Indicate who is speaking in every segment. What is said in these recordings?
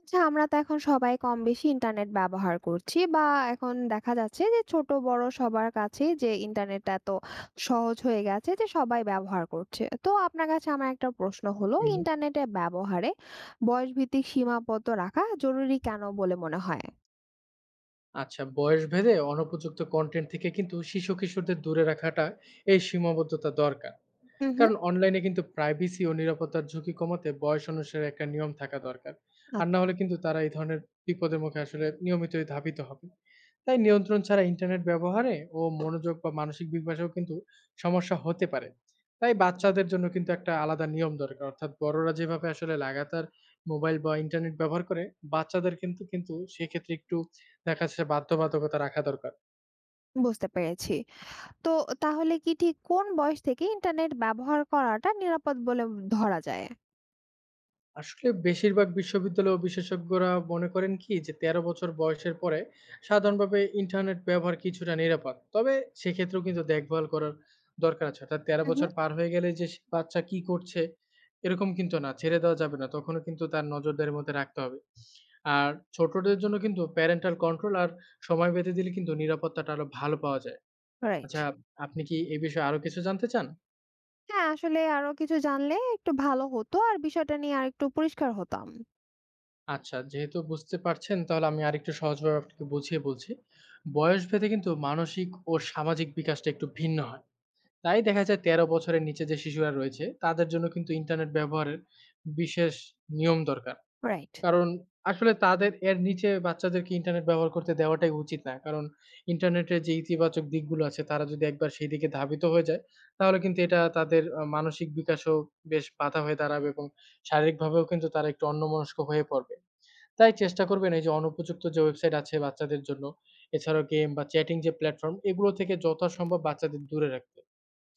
Speaker 1: আচ্ছা, আমরা তো এখন সবাই কম বেশি ইন্টারনেট ব্যবহার করছি বা এখন দেখা যাচ্ছে যে ছোট বড় সবার কাছেই যে ইন্টারনেটটা এত সহজ হয়ে গেছে যে সবাই ব্যবহার করছে। তো আপনার কাছে আমার একটা প্রশ্ন হলো,
Speaker 2: হুম,
Speaker 1: ইন্টারনেটের ব্যবহারে বয়স ভিত্তিক সীমাবদ্ধ রাখা জরুরি কেন বলে মনে হয়?
Speaker 2: আচ্ছা বয়স ভেদে অনুপযুক্ত কনটেন্ট থেকে কিন্তু শিশু কিশোরদের দূরে রাখাটা এই সীমাবদ্ধতা দরকার।
Speaker 1: হুম হুম।
Speaker 2: কারণ অনলাইনে কিন্তু প্রাইভেসি ও নিরাপত্তার ঝুঁকি কমাতে বয়স অনুসারে একটা নিয়ম থাকা দরকার। আর না
Speaker 1: আচ্ছা,
Speaker 2: হলে কিন্তু তারা এই ধরনের বিপদের মুখে আসলে নিয়মিতই ধাবিত হবে। তাই নিয়ন্ত্রণ ছাড়া ইন্টারনেট ব্যবহারে ও মনোযোগ বা মানসিক বিকাশেও কিন্তু সমস্যা হতে পারে। তাই বাচ্চাদের জন্য কিন্তু একটা আলাদা নিয়ম দরকার, অর্থাৎ বড়রা যেভাবে আসলে লাগাতার মোবাইল বা ইন্টারনেট ব্যবহার করে বাচ্চাদের কিন্তু কিন্তু সেক্ষেত্রে একটু দেখা যাচ্ছে বাধ্যবাধকতা রাখা দরকার।
Speaker 1: বুঝতে পেরেছি। তো তাহলে কি ঠিক কোন বয়স থেকে ইন্টারনেট ব্যবহার করাটা নিরাপদ বলে ধরা যায়?
Speaker 2: আসলে বেশিরভাগ বিশ্ববিদ্যালয় ও বিশেষজ্ঞরা মনে করেন কি যে ১৩ বছর বয়সের পরে সাধারণভাবে ইন্টারনেট ব্যবহার কিছুটা নিরাপদ, তবে সেক্ষেত্রেও কিন্তু দেখভাল করার দরকার আছে। অর্থাৎ তেরো
Speaker 1: হুম হুম।
Speaker 2: বছর পার হয়ে গেলে যে সে বাচ্চা কি করছে এরকম কিন্তু না, ছেড়ে দেওয়া যাবে না, তখনও কিন্তু তার নজরদারির মধ্যে রাখতে হবে। আর ছোটদের জন্য কিন্তু প্যারেন্টাল কন্ট্রোল আর সময় বেঁধে দিলে কিন্তু নিরাপত্তাটা আরো ভালো পাওয়া যায়।
Speaker 1: রাইট।
Speaker 2: আচ্ছা, আপনি কি এই বিষয়ে আরো কিছু জানতে চান?
Speaker 1: হ্যাঁ, আসলে আরো কিছু জানলে একটু ভালো হতো আর বিষয়টা নিয়ে আরেকটু পরিষ্কার হতাম।
Speaker 2: আচ্ছা, যেহেতু বুঝতে পারছেন তাহলে আমি আরেকটু সহজভাবে আপনাকে বুঝিয়ে বলছি। বয়সভেদে কিন্তু মানসিক ও সামাজিক বিকাশটা একটু ভিন্ন হয়। তাই দেখা যায় ১৩ বছরের নিচে যে শিশুরা রয়েছে তাদের জন্য কিন্তু ইন্টারনেট ব্যবহারের বিশেষ নিয়ম দরকার।
Speaker 1: রাইট।
Speaker 2: কারণ আসলে তাদের, এর নিচে বাচ্চাদেরকে ইন্টারনেট ব্যবহার করতে দেওয়াটাই উচিত না। কারণ ইন্টারনেটের যে ইতিবাচক দিকগুলো আছে তারা যদি একবার সেই দিকে ধাবিত হয়ে যায়, তাহলে কিন্তু এটা তাদের মানসিক বিকাশেও বেশ বাধা হয়ে দাঁড়াবে এবং শারীরিকভাবেও কিন্তু তারা একটু অন্যমনস্ক হয়ে পড়বে। তাই চেষ্টা করবেন এই যে অনুপযুক্ত যে ওয়েবসাইট আছে বাচ্চাদের জন্য, এছাড়াও গেম বা চ্যাটিং যে প্ল্যাটফর্ম এগুলো থেকে যথাসম্ভব বাচ্চাদের দূরে রাখতে।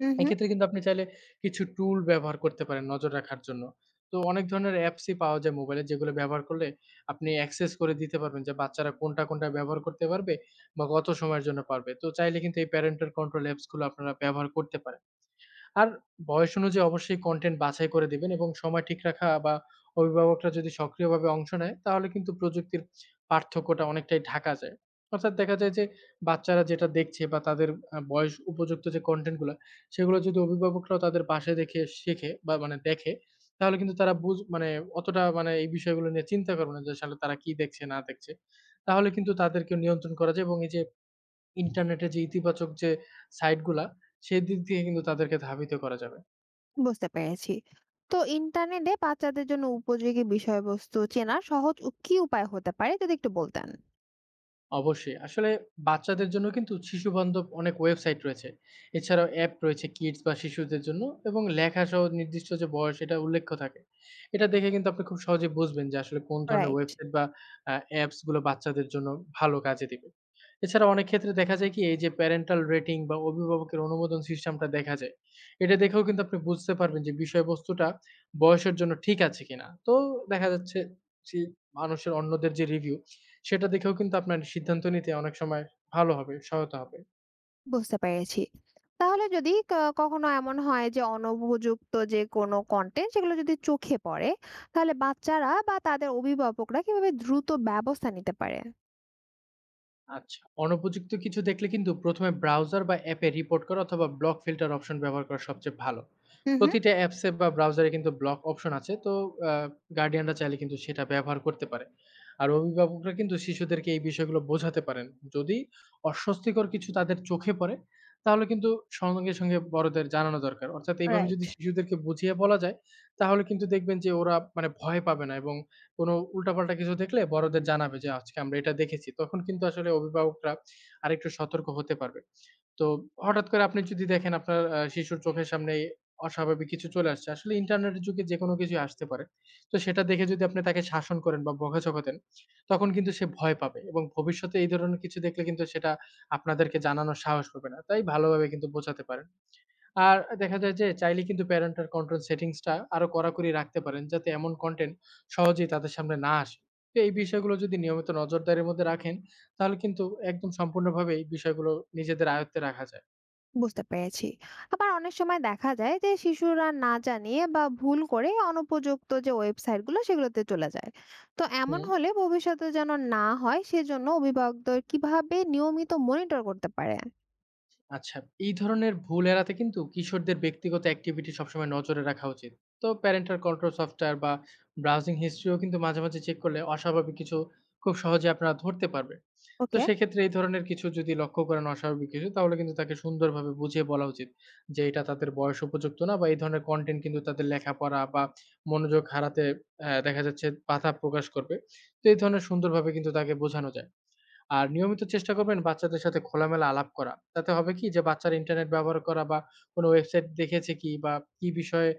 Speaker 1: হুম, হুম।
Speaker 2: এক্ষেত্রে কিন্তু আপনি চাইলে কিছু টুল ব্যবহার করতে পারেন নজর রাখার জন্য। তো অনেক ধরনের অ্যাপসই পাওয়া যায় মোবাইলে, যেগুলো ব্যবহার করলে আপনি অ্যাক্সেস করে দিতে পারবেন যে বাচ্চারা কোনটা, কোনটা ব্যবহার করতে পারবে বা কত সময়ের জন্য পারবে। তো চাইলে কিন্তু এই প্যারেন্টাল কন্ট্রোল অ্যাপসগুলো আপনারা ব্যবহার করতে পারেন। আর বয়স অনুযায়ী অবশ্যই কনটেন্ট বাছাই করে দিবেন এবং সময় ঠিক রাখা বা অভিভাবকরা যদি সক্রিয়ভাবে অংশ নেয়, তাহলে কিন্তু প্রযুক্তির পার্থক্যটা অনেকটাই ঢাকা যায়। অর্থাৎ দেখা যায় যে বাচ্চারা যেটা দেখছে বা তাদের বয়স উপযুক্ত যে কনটেন্টগুলা, সেগুলো যদি অভিভাবকরাও তাদের বাসায় দেখে শেখে বা মানে দেখে, তাহলে কিন্তু তারা মানে অতটা মানে এই বিষয়গুলো নিয়ে চিন্তা করবে না যে আসলে তারা কি দেখছে না দেখছে। তাহলে কিন্তু তাদেরকে নিয়ন্ত্রণ করা যায় এবং এই যে ইন্টারনেটের যে ইতিবাচক যে সাইড গুলা, সেদিক দিয়ে কিন্তু তাদেরকে ধাবিত করা যাবে।
Speaker 1: বুঝতে পেরেছি। তো ইন্টারনেটে বাচ্চাদের জন্য উপযোগী বিষয়বস্তু চেনার সহজ কি উপায় হতে পারে যদি একটু বলতেন?
Speaker 2: অবশ্যই। আসলে বাচ্চাদের জন্য কিন্তু শিশুবান্ধব অনেক ওয়েবসাইট রয়েছে। এছাড়াও অ্যাপ রয়েছে কিডস বা শিশুদের জন্য, এবং লেখাসহ নির্দিষ্ট যে বয়স এটা উল্লেখ্য থাকে। এটা দেখে কিন্তু আপনি খুব সহজেই বুঝবেন যে আসলে কোন ধরনের
Speaker 1: রাইট।
Speaker 2: ওয়েবসাইট বা অ্যাপস গুলো বাচ্চাদের জন্য ভালো কাজে দিবে। এছাড়া অনেক ক্ষেত্রে দেখা যায় কি এই যে প্যারেন্টাল রেটিং বা অভিভাবকের অনুমোদন সিস্টেমটা দেখা যায়। এটা দেখেও কিন্তু আপনি বুঝতে পারবেন যে বিষয়বস্তুটা বয়সের জন্য ঠিক আছে কিনা। তো দেখা যাচ্ছে যে মানুষের, অন্যদের যে রিভিউ, সেটা দেখেও কিন্তু আপনার সিদ্ধান্ত নিতে অনেক সময় ভালো হবে, সহায়তা হবে।
Speaker 1: বুঝতে পেরেছি। তাহলে যদি কখনো এমন হয় যে অনুপযুক্ত যে কোনো কনটেন্ট সেগুলো যদি চোখে পড়ে, তাহলে বাচ্চারা বা তাদের অভিভাবকরা কিভাবে দ্রুত ব্যবস্থা নিতে পারে?
Speaker 2: আচ্ছা। অনুপযুক্ত কিছু দেখলে কিন্তু ১ম এ ব্রাউজার বা অ্যাপে রিপোর্ট করা অথবা ব্লক ফিল্টার অপশন ব্যবহার করা সবচেয়ে ভালো।
Speaker 1: হুম, হুম।
Speaker 2: প্রতিটা অ্যাপসে বা ব্রাউজারে কিন্তু ব্লক অপশন আছে। তো আ গার্ডিয়ানরা চাইলে কিন্তু সেটা ব্যবহার করতে পারে। আর অভিভাবকরা কিন্তু শিশুদেরকে এই বিষয়গুলো বোঝাতে পারেন। যদি অস্বস্তিকর কিছু তাদের চোখে পড়ে, তাহলে কিন্তু সঙ্গে, সঙ্গে বড়দের জানানো দরকার। অর্থাৎ এইভাবে
Speaker 1: রাইট।
Speaker 2: যদি শিশুদেরকে বুঝিয়ে বলা যায়, তাহলে কিন্তু দেখবেন যে ওরা মানে ভয় পাবে না এবং কোনো উল্টাপাল্টা কিছু দেখলে বড়দের জানাবে যে, আজকে আমরা এটা দেখেছি। তখন কিন্তু আসলে অভিভাবকরা আরেকটু সতর্ক হতে পারবে। তো হঠাৎ করে আপনি যদি দেখেন আপনার শিশুর চোখের সামনে এই অস্বাভাবিক কিছু চলে আসছে। আসলে ইন্টারনেটের যুগে যেকোনো কিছুই আসতে পারে। তো সেটা দেখে যদি আপনি তাকে শাসন করেন বা বকাঝকা দেন, তখন কিন্তু সে ভয় পাবে এবং ভবিষ্যতে এই ধরনের কিছু দেখলে কিন্তু সেটা আপনাদেরকে জানানোর সাহস পাবে না। তাই ভালোভাবে কিন্তু বোঝাতে পারেন। আর দেখা যায় যে চাইলে কিন্তু প্যারেন্টাল কন্ট্রোল সেটিংস টা আরো কড়াকড়ি রাখতে পারেন, যাতে এমন কনটেন্ট সহজেই তাদের সামনে না আসে। তো এই বিষয়গুলো যদি নিয়মিত নজরদারির মধ্যে রাখেন, তাহলে কিন্তু একদম সম্পূর্ণভাবে এই বিষয়গুলো নিজেদের আয়ত্তে রাখা যায়।
Speaker 1: বুঝতে পেরেছি। আবার অনেক সময় দেখা যায় যে শিশুরা না জানিয়ে বা ভুল করে অনুপযুক্ত যে ওয়েবসাইটগুলো সেগুলোতে চলে যায়, তো এমন
Speaker 2: হুম।
Speaker 1: হলে ভবিষ্যতে যেন না হয় সেজন্য অভিভাবকদের কিভাবে নিয়মিত মনিটর করতে পারে?
Speaker 2: আচ্ছা, এই ধরনের ভুল এড়াতে কিন্তু কিশোরদের ব্যক্তিগত অ্যাক্টিভিটি সবসময় নজরে রাখা উচিত। তো প্যারেন্টাল কন্ট্রোল সফটওয়্যার বা ব্রাউজিং হিস্ট্রিও কিন্তু মাঝে, মাঝে চেক করলে অস্বাভাবিক কিছু খুব সহজে আপনারা ধরতে পারবেন। তো
Speaker 1: ওকে।
Speaker 2: সেক্ষেত্রে এই ধরনের কিছু যদি লক্ষ্য করেন, অস্বাভাবিক কিছু, তাহলে কিন্তু তাকে সুন্দরভাবে বুঝিয়ে বলা উচিত যে এটা তাদের বয়স উপযুক্ত না, বা এই ধরনের কনটেন্ট কিন্তু তাদের লেখাপড়া বা মনোযোগ হারাতে দেখা যাচ্ছে বাধা প্রকাশ করবে। তো এই ধরনের সুন্দরভাবে কিন্তু তাকে বোঝানো যায়। আর নিয়মিত চেষ্টা করবেন বাচ্চাদের সাথে খোলামেলা আলাপ করা। তাতে হবে কি যে বাচ্চারা ইন্টারনেট ব্যবহার করা বা কোনো ওয়েবসাইট দেখেছে কি, বা কি বিষয়ে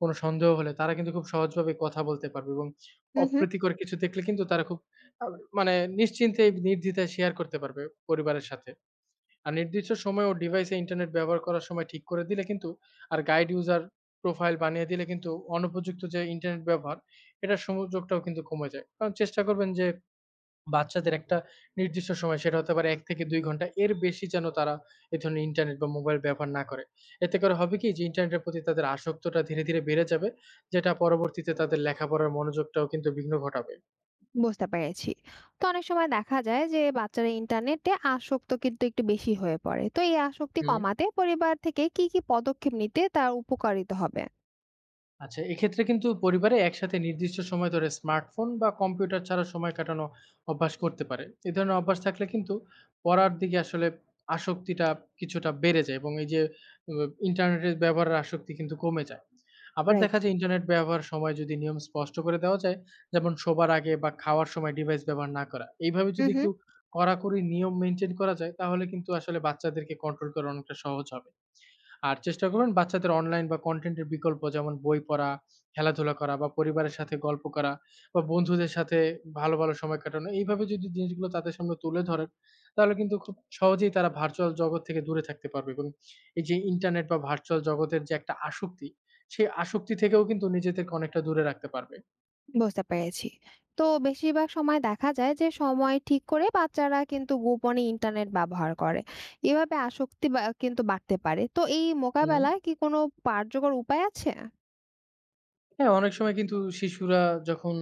Speaker 2: কোনো সন্দেহ হলে তারা কিন্তু খুব সহজভাবে কথা বলতে পারবে, এবং
Speaker 1: হুম হুম।
Speaker 2: অপ্রীতিকর কিছু দেখলে কিন্তু তারা খুব আ মানে নিশ্চিন্তে নির্দ্বিধায় শেয়ার করতে পারবে পরিবারের সাথে। আর নির্দিষ্ট সময় ও ডিভাইসে ইন্টারনেট ব্যবহার করার সময় ঠিক করে দিলে কিন্তু, আর গাইড ইউজার প্রোফাইল বানিয়ে দিলে কিন্তু অনুপযুক্ত যে ইন্টারনেট ব্যবহার, এটার সুযোগটাও কিন্তু কমে যায়। কারণ চেষ্টা করবেন যে বাচ্চাদের একটা নির্দিষ্ট সময়, সেটা হতে পারে ১-২ ঘন্টা, এর বেশি যেন তারা এ ধরনের ইন্টারনেট বা মোবাইল ব্যবহার না করে। এতে করে হবে কি যে ইন্টারনেটের প্রতি তাদের আসক্তটা ধীরে, ধীরে বেড়ে যাবে, যেটা পরবর্তীতে তাদের লেখাপড়ার মনোযোগটাও কিন্তু বিঘ্ন ঘটাবে।
Speaker 1: বুঝতে পেরেছি। তো অনেক সময় দেখা যায় যে বাচ্চারা ইন্টারনেটে আসক্ত কিন্তু একটু বেশি হয়ে পড়ে, তো এই আসক্তি
Speaker 2: হু।
Speaker 1: কমাতে পরিবার থেকে কি কি পদক্ষেপ নিতে তার উপকারিত হবে?
Speaker 2: আচ্ছা, এক্ষেত্রে কিন্তু পরিবারে একসাথে নির্দিষ্ট সময় ধরে স্মার্টফোন বা কম্পিউটার ছাড়া সময় কাটানো অভ্যাস করতে পারে। এ ধরনের অভ্যাস থাকলে কিন্তু পড়ার দিকে আসলে আসক্তিটা কিছুটা বেড়ে যায় এবং এই যে উ ইন্টারনেটের ব্যবহারের আসক্তি কিন্তু কমে যায়। আবার
Speaker 1: রাইট।
Speaker 2: দেখা যায় ইন্টারনেট ব্যবহার সময় যদি নিয়ম স্পষ্ট করে দেওয়া যায়, যেমন শোবার আগে বা খাওয়ার সময় ডিভাইস ব্যবহার না করা। এইভাবে
Speaker 1: হুম
Speaker 2: যদি
Speaker 1: হুম।
Speaker 2: একটু কড়াকড়ি নিয়ম মেইনটেইন করা যায়, তাহলে কিন্তু আসলে বাচ্চাদেরকে কন্ট্রোল করা অনেকটা সহজ হবে। আর চেষ্টা করবেন বাচ্চাদের অনলাইন বা কনটেন্টের বিকল্প, যেমন বই পড়া, খেলাধুলা করা বা পরিবারের সাথে গল্প করা বা বন্ধুদের সাথে ভালো, ভালো সময় কাটানো। এইভাবে যদি জিনিসগুলো তাদের সামনে তুলে ধরেন, তাহলে কিন্তু খুব সহজেই তারা ভার্চুয়াল জগৎ থেকে দূরে থাকতে পারবে এবং এই যে ইন্টারনেট বা ভার্চুয়াল জগতের যে একটা আসক্তি, সেই আসক্তি থেকেও কিন্তু নিজেদেরকে অনেকটা দূরে রাখতে পারবে।
Speaker 1: বুঝতে পেরেছি। তো বেশিরভাগ সময় দেখা যায় যে সময় ঠিক করে বাচ্চারা কিন্তু গোপনে ইন্টারনেট ব্যবহার করে, এভাবে কিন্তু বাড়তে পারে, তো এই
Speaker 2: হুম।
Speaker 1: মোকাবেলায় কি কোনো কার্যকর উপায় আছে?
Speaker 2: হ্যাঁ, অনেক সময় কিন্তু শিশুরা যখন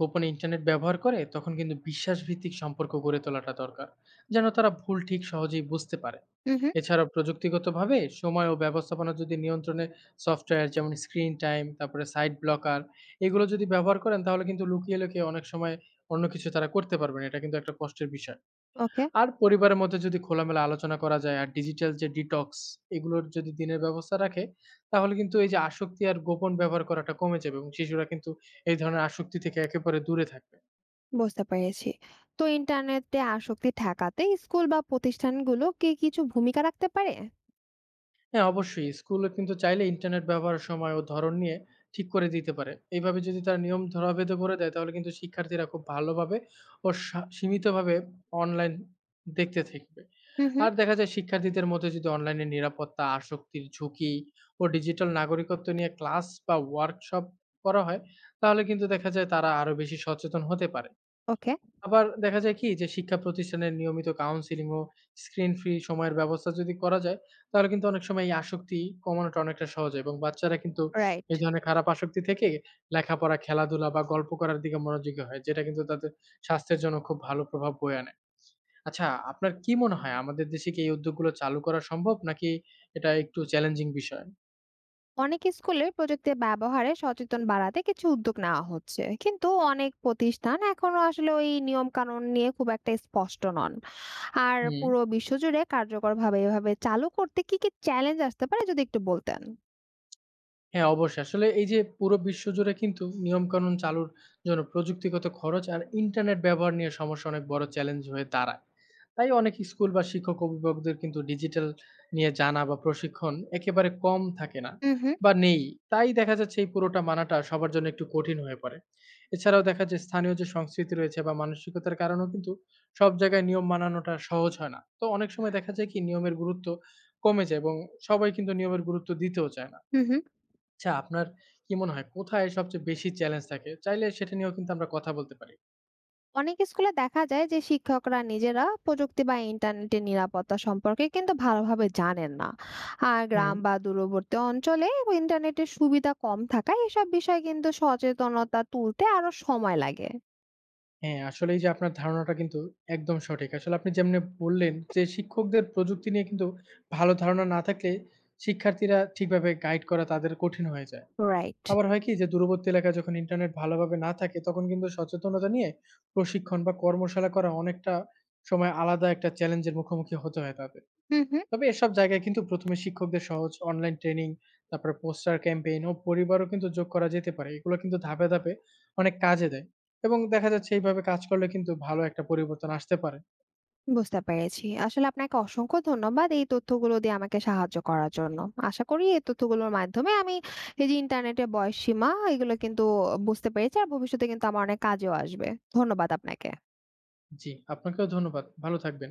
Speaker 2: গোপনে ইন্টারনেট ব্যবহার করে, তখন কিন্তু বিশ্বাসভিত্তিক সম্পর্ক গড়ে তোলাটা দরকার, যেন তারা ভুল ঠিক সহজেই বুঝতে পারে।
Speaker 1: উম হুম।
Speaker 2: এছাড়াও প্রযুক্তিগতভাবে সময় ও ব্যবস্থাপনা যদি নিয়ন্ত্রণে সফটওয়্যার যেমন স্ক্রিন টাইম, তারপরে সাইট ব্লকার, এগুলো যদি ব্যবহার করেন, তাহলে কিন্তু লুকিয়ে, লুকিয়ে অনেক সময় অন্য কিছু তারা করতে পারবেন। এটা কিন্তু একটা কষ্টের বিষয়।
Speaker 1: ওকে।
Speaker 2: আর পরিবারের মধ্যে যদি খোলামেলা আলোচনা করা যায় আর ডিজিটাল যে ডিটক্স, এগুলোর যদি দিনের ব্যবস্থা রাখে, তাহলে কিন্তু এই যে আসক্তি আর গোপন ব্যবহার করাটা কমে যাবে এবং শিশুরা কিন্তু এই ধরনের আসক্তি থেকে একেবারে দূরে থাকবে।
Speaker 1: বুঝতে পেরেছি। তো ইন্টারনেটে আসক্তি ঠেকাতে স্কুল বা প্রতিষ্ঠানগুলো কি কিছু ভূমিকা রাখতে পারে?
Speaker 2: হ্যাঁ, অবশ্যই। স্কুলে কিন্তু চাইলে ইন্টারনেট ব্যবহারের সময় ও ধরন নিয়ে ঠিক করে দিতে পারে। এইভাবে যদি তারা নিয়ম ধরাবেধ করে দেয়, তাহলে কিন্তু শিক্ষার্থীরা খুব ভালোভাবে ও সীমিতভাবে অনলাইন দেখতে থাকবে।
Speaker 1: হুম হুম।
Speaker 2: আর দেখা যায় শিক্ষার্থীদের মধ্যে যদি অনলাইনে নিরাপত্তা, আসক্তির ঝুঁকি ও ডিজিটাল নাগরিকত্ব নিয়ে ক্লাস বা ওয়ার্কশপ করা হয়, তাহলে কিন্তু দেখা যায় তারা আরো বেশি সচেতন হতে পারে।
Speaker 1: ওকে।
Speaker 2: আবার দেখা যায় কি যে শিক্ষা প্রতিষ্ঠানের নিয়মিত কাউন্সেলিং ও স্ক্রিন ফ্রি সময়ের ব্যবস্থা যদি করা যায়, তাহলে কিন্তু অনেক সময় এই আসক্তি কমানোটা অনেকটা সহজ হয় এবং বাচ্চারা কিন্তু
Speaker 1: রাইট।
Speaker 2: এই ধরনের খারাপ আসক্তি থেকে লেখাপড়া, খেলাধুলা বা গল্প করার দিকে মনোযোগী হয়, যেটা কিন্তু তাদের স্বাস্থ্যের জন্য খুব ভালো প্রভাব বয়ে আনে। আচ্ছা, আপনার কি মনে হয় আমাদের দেশে কি এই উদ্যোগগুলো চালু করা সম্ভব, নাকি এটা একটু চ্যালেঞ্জিং বিষয়?
Speaker 1: অনেক স্কুলে প্রযুক্তির ব্যবহারে সচেতন বাড়াতে কিছু উদ্যোগ নেওয়া হচ্ছে, কিন্তু অনেক প্রতিষ্ঠান এখনো আসলে ওই নিয়ম কানুন নিয়ে খুব একটা স্পষ্ট নন। আর
Speaker 2: হুম।
Speaker 1: পুরো বিশ্বজুড়ে কার্যকরভাবে এভাবে চালু করতে কি কি চ্যালেঞ্জ আসতে পারে যদি একটু বলতেন?
Speaker 2: হ্যাঁ, অবশ্যই। আসলে এই যে পুরো বিশ্বজুড়ে কিন্তু নিয়মকানুন চালুর জন্য প্রযুক্তিগত খরচ আর ইন্টারনেট ব্যবহার নিয়ে সমস্যা অনেক বড় চ্যালেঞ্জ হয়ে দাঁড়ায়। তাই অনেক স্কুল বা শিক্ষক অভিভাবকদের কিন্তু ডিজিটাল নিয়ে জানা বা প্রশিক্ষণ একেবারে কম থাকে, না
Speaker 1: হুম হুম
Speaker 2: বা নেই। তাই দেখা যাচ্ছে এই পুরোটা মানাটা সবার জন্য একটু কঠিন হয়ে পড়ে। এছাড়াও দেখা যায় স্থানীয় যে সংস্কৃতি রয়েছে বা মানসিকতার কারণেও কিন্তু সব জায়গায় নিয়ম মানানোটা সহজ হয় না। তো অনেক সময় দেখা যায় কি নিয়মের গুরুত্ব কমে যায় এবং সবাই কিন্তু নিয়মের গুরুত্ব দিতেও চায় না।
Speaker 1: হুম হুম।
Speaker 2: আচ্ছা, আপনার কি মনে হয় কোথায় সবচেয়ে বেশি চ্যালেঞ্জ থাকে? চাইলে সেটা নিয়েও কিন্তু আমরা কথা বলতে পারি।
Speaker 1: অনেক স্কুলে দেখা যায় যে শিক্ষকরা নিজেরা প্রযুক্তি বা ইন্টারনেটের নিরাপত্তা সম্পর্কে কিন্তু ভালোভাবে জানেন না। আর
Speaker 2: হুম।
Speaker 1: গ্রাম বা দূরবর্তী অঞ্চলে ইন্টারনেটের সুবিধা কম থাকায় এসব বিষয়ে কিন্তু সচেতনতা তুলতে আরো সময় লাগে।
Speaker 2: হ্যাঁ, আসলে এই যে আপনার ধারণাটা কিন্তু একদম সঠিক। আসলে আপনি যেমনি বললেন যে শিক্ষকদের প্রযুক্তি নিয়ে কিন্তু ভালো ধারণা না থাকলে শিক্ষার্থীরা ঠিকভাবে গাইড করা তাদের কঠিন হয়ে যায়।
Speaker 1: রাইট।
Speaker 2: আবার হয় কি যে দূরবর্তী এলাকায় যখন ইন্টারনেট ভালোভাবে না থাকে, তখন কিন্তু সচেতনতা নিয়ে প্রশিক্ষণ বা কর্মশালা করা অনেকটা সময় আলাদা একটা চ্যালেঞ্জের মুখোমুখি হতে হয় তাদের।
Speaker 1: হুম, হুম।
Speaker 2: তবে এসব জায়গায় কিন্তু ১ম এ শিক্ষকদের সহজ অনলাইন ট্রেনিং, তারপরে পোস্টার ক্যাম্পেইন ও পরিবারও কিন্তু যোগ করা যেতে পারে। এগুলো কিন্তু ধাপে, ধাপে অনেক কাজে দেয় এবং দেখা যাচ্ছে এইভাবে কাজ করলে কিন্তু ভালো একটা পরিবর্তন আসতে পারে।
Speaker 1: বুঝতে পেরেছি। আসলে আপনাকে অসংখ্য ধন্যবাদ এই তথ্যগুলো দিয়ে আমাকে সাহায্য করার জন্য। আশা করি এই তথ্যগুলোর মাধ্যমে আমি এই যে ইন্টারনেটের বয়সসীমা এগুলো কিন্তু বুঝতে পেরেছি আর ভবিষ্যতে কিন্তু আমার অনেক কাজেও আসবে। ধন্যবাদ আপনাকে।
Speaker 2: জি, আপনাকেও ধন্যবাদ। ভালো থাকবেন।